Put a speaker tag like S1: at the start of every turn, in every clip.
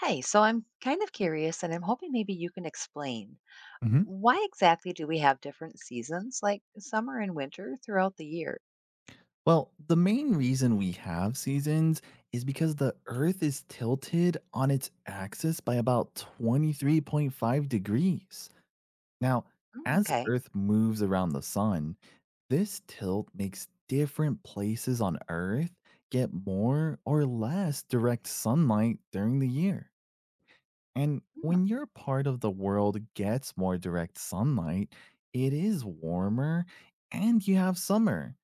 S1: Hey, so I'm kind of curious and I'm hoping maybe you can explain
S2: Hmm.
S1: why exactly do we have different seasons like summer and winter throughout the year?
S2: Well, the main reason we have seasons is because the Earth is tilted on its axis by about 23.5 degrees. Now,
S1: Mm,
S2: as
S1: okay.
S2: Earth moves around the sun, this tilt makes different places on Earth get more or less direct sunlight during the year. And
S1: Mm,
S2: when your part of the world gets more direct sunlight, it is warmer and you have summer.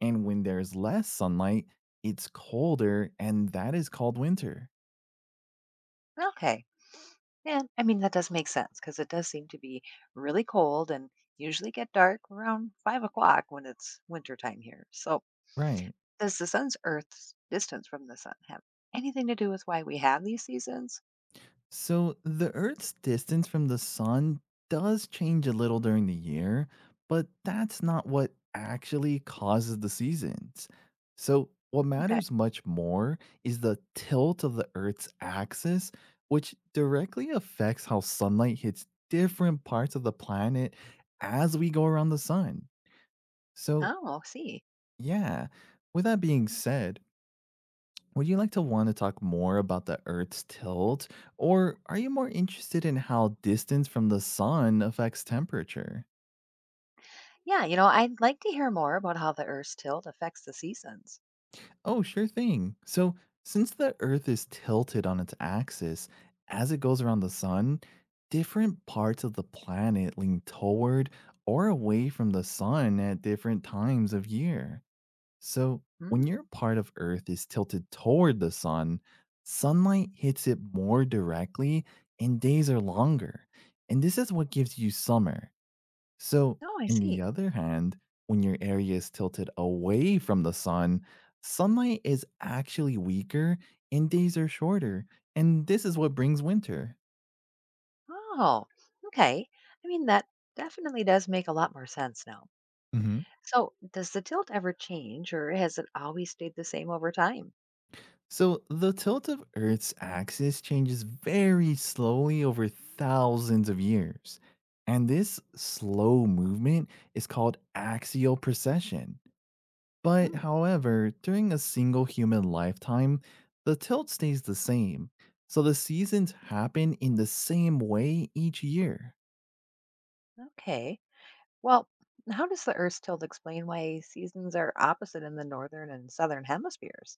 S2: And when there's less sunlight, it's colder and that is called winter.
S1: okay. Yeah, I mean, that does make sense because it does seem to be really cold and usually get dark around 5 o'clock when it's winter time here. So,
S2: Right.
S1: does the sun's Earth's distance from the sun have anything to do with why we have these seasons?
S2: So the Earth's distance from the sun does change a little during the year, but that's not what actually causes the seasons. So what
S1: Okay.
S2: matters much more is the tilt of the Earth's axis, which directly affects how sunlight hits different parts of the planet as we go around the sun. So,
S1: Oh, I see.
S2: yeah, with that being said, would you like to want to talk more about the Earth's tilt, or are you more interested in how distance from the sun affects temperature?
S1: Yeah, I'd like to hear more about how the Earth's tilt affects the seasons.
S2: Oh, sure thing. So, since the Earth is tilted on its axis as it goes around the sun, different parts of the planet lean toward or away from the sun at different times of year. So, when
S1: Mm.
S2: your part of Earth is tilted toward the sun, sunlight hits it more directly and days are longer. And this is what gives you summer. So,
S1: Oh, I
S2: in the
S1: see.
S2: other hand, when your area is tilted away from the sun, sunlight is actually weaker and days are shorter. And this is what brings winter.
S1: Oh, okay. I mean, that definitely does make a lot more sense now. So, does the tilt ever change or has it always stayed the same over time?
S2: So the tilt of Earth's axis changes very slowly over thousands of years. And this slow movement is called axial precession. But
S1: Hmm,
S2: however, during a single human lifetime, the tilt stays the same. So the seasons happen in the same way each year.
S1: okay. Well, how does the Earth's tilt explain why seasons are opposite in the northern and southern hemispheres?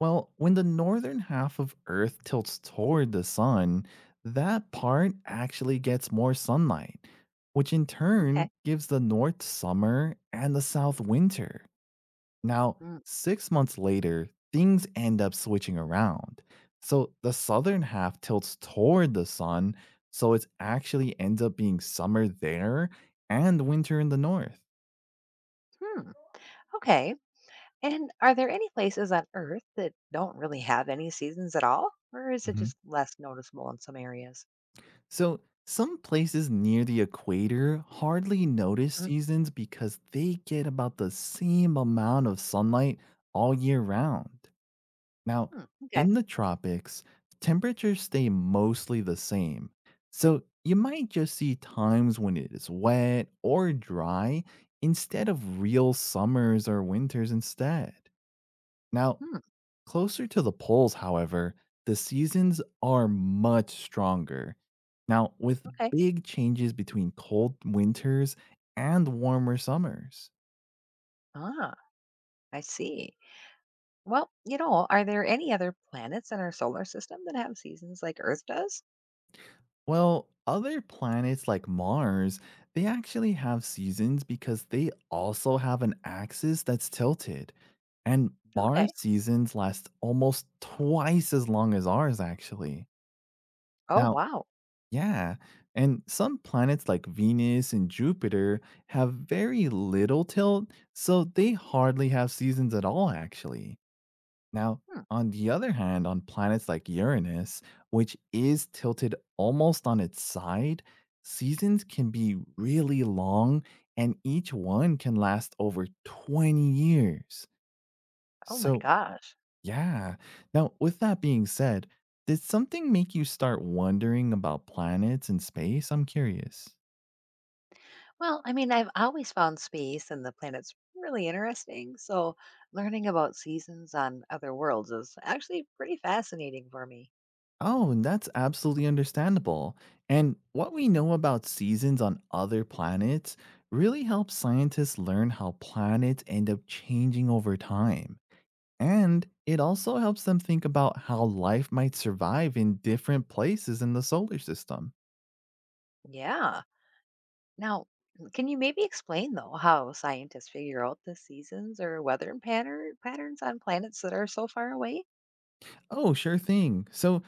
S2: Well, when the northern half of Earth tilts toward the sun, that part actually gets more sunlight, which in turn
S1: Okay.
S2: gives the north summer and the south winter. Now,
S1: Mm,
S2: 6 months later, things end up switching around. So the southern half tilts toward the sun, so it actually ends up being summer there and winter in the north.
S1: hmm. Okay. And are there any places on Earth that don't really have any seasons at all? Or is it just less noticeable in some areas?
S2: So, some places near the equator hardly notice
S1: Mm,
S2: seasons because they get about the same amount of sunlight all year round. Now,
S1: hmm. Okay.
S2: in the tropics, temperatures stay mostly the same. So, you might just see times when it is wet or dry instead of real summers or winters instead. Now,
S1: Hmm.
S2: closer to the poles, however, the seasons are much stronger. Now, with
S1: Okay.
S2: big changes between cold winters and warmer summers.
S1: Ah, I see. Well, are there any other planets in our solar system that have seasons like Earth does?
S2: Well, other planets like Mars, they actually have seasons because they also have an axis that's tilted. And
S1: Okay.
S2: Mars seasons last almost twice as long as ours, actually.
S1: Oh,
S2: Now,
S1: wow.
S2: yeah, and some planets like Venus and Jupiter have very little tilt, so they hardly have seasons at all, actually. Now,
S1: Hmm.
S2: on the other hand, on planets like Uranus, which is tilted almost on its side, seasons can be really long and each one can last over 20 years.
S1: Oh, my
S2: So,
S1: gosh.
S2: yeah. Now, with that being said, did something make you start wondering about planets and space? I'm curious.
S1: Well, I mean, I've always found space and the planets really interesting. So learning about seasons on other worlds is actually pretty fascinating for me.
S2: Oh, and that's absolutely understandable. And what we know about seasons on other planets really helps scientists learn how planets end up changing over time. And it also helps them think about how life might survive in different places in the solar system.
S1: Yeah. Now, can you maybe explain, though, how scientists figure out the seasons or weather patterns on planets that are so far away?
S2: Oh, sure thing. So,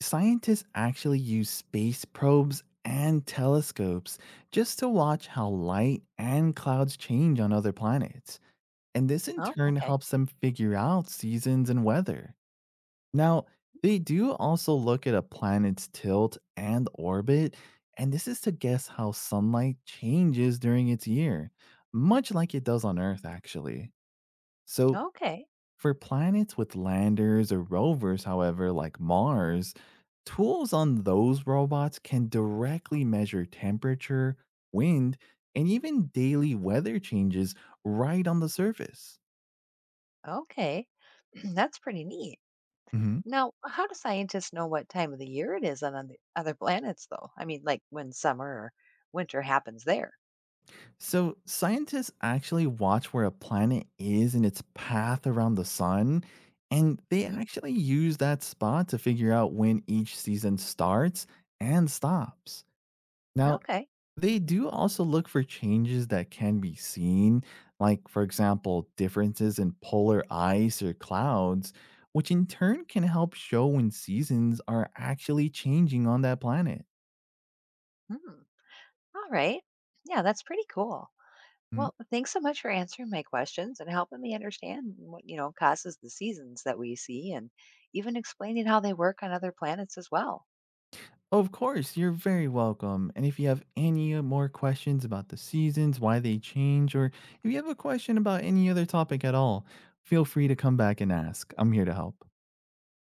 S2: scientists actually use space probes and telescopes just to watch how light and clouds change on other planets. And this in
S1: Oh,
S2: turn
S1: okay.
S2: helps them figure out seasons and weather. Now, they do also look at a planet's tilt and orbit, and this is to guess how sunlight changes during its year, much like it does on Earth, actually. So,
S1: Okay.
S2: for planets with landers or rovers, however, like Mars, tools on those robots can directly measure temperature, wind, and even daily weather changes right on the surface.
S1: Okay. That's pretty neat.
S2: Hmm.
S1: Now, how do scientists know what time of the year it is on the other planets, though? I mean, like when summer or winter happens there.
S2: So, scientists actually watch where a planet is in its path around the sun, and they
S1: Mhm.
S2: actually use that spot to figure out when each season starts and stops. Now,
S1: Okay.
S2: they do also look for changes that can be seen, like, for example, differences in polar ice or clouds, which in turn can help show when seasons are actually changing on that planet.
S1: Hmm. All right. Yeah, that's pretty cool.
S2: Mm.
S1: Well, thanks so much for answering my questions and helping me understand what causes the seasons that we see and even explaining how they work on other planets as well.
S2: Of course, you're very welcome. And if you have any more questions about the seasons, why they change, or if you have a question about any other topic at all, feel free to come back and ask. I'm here to help.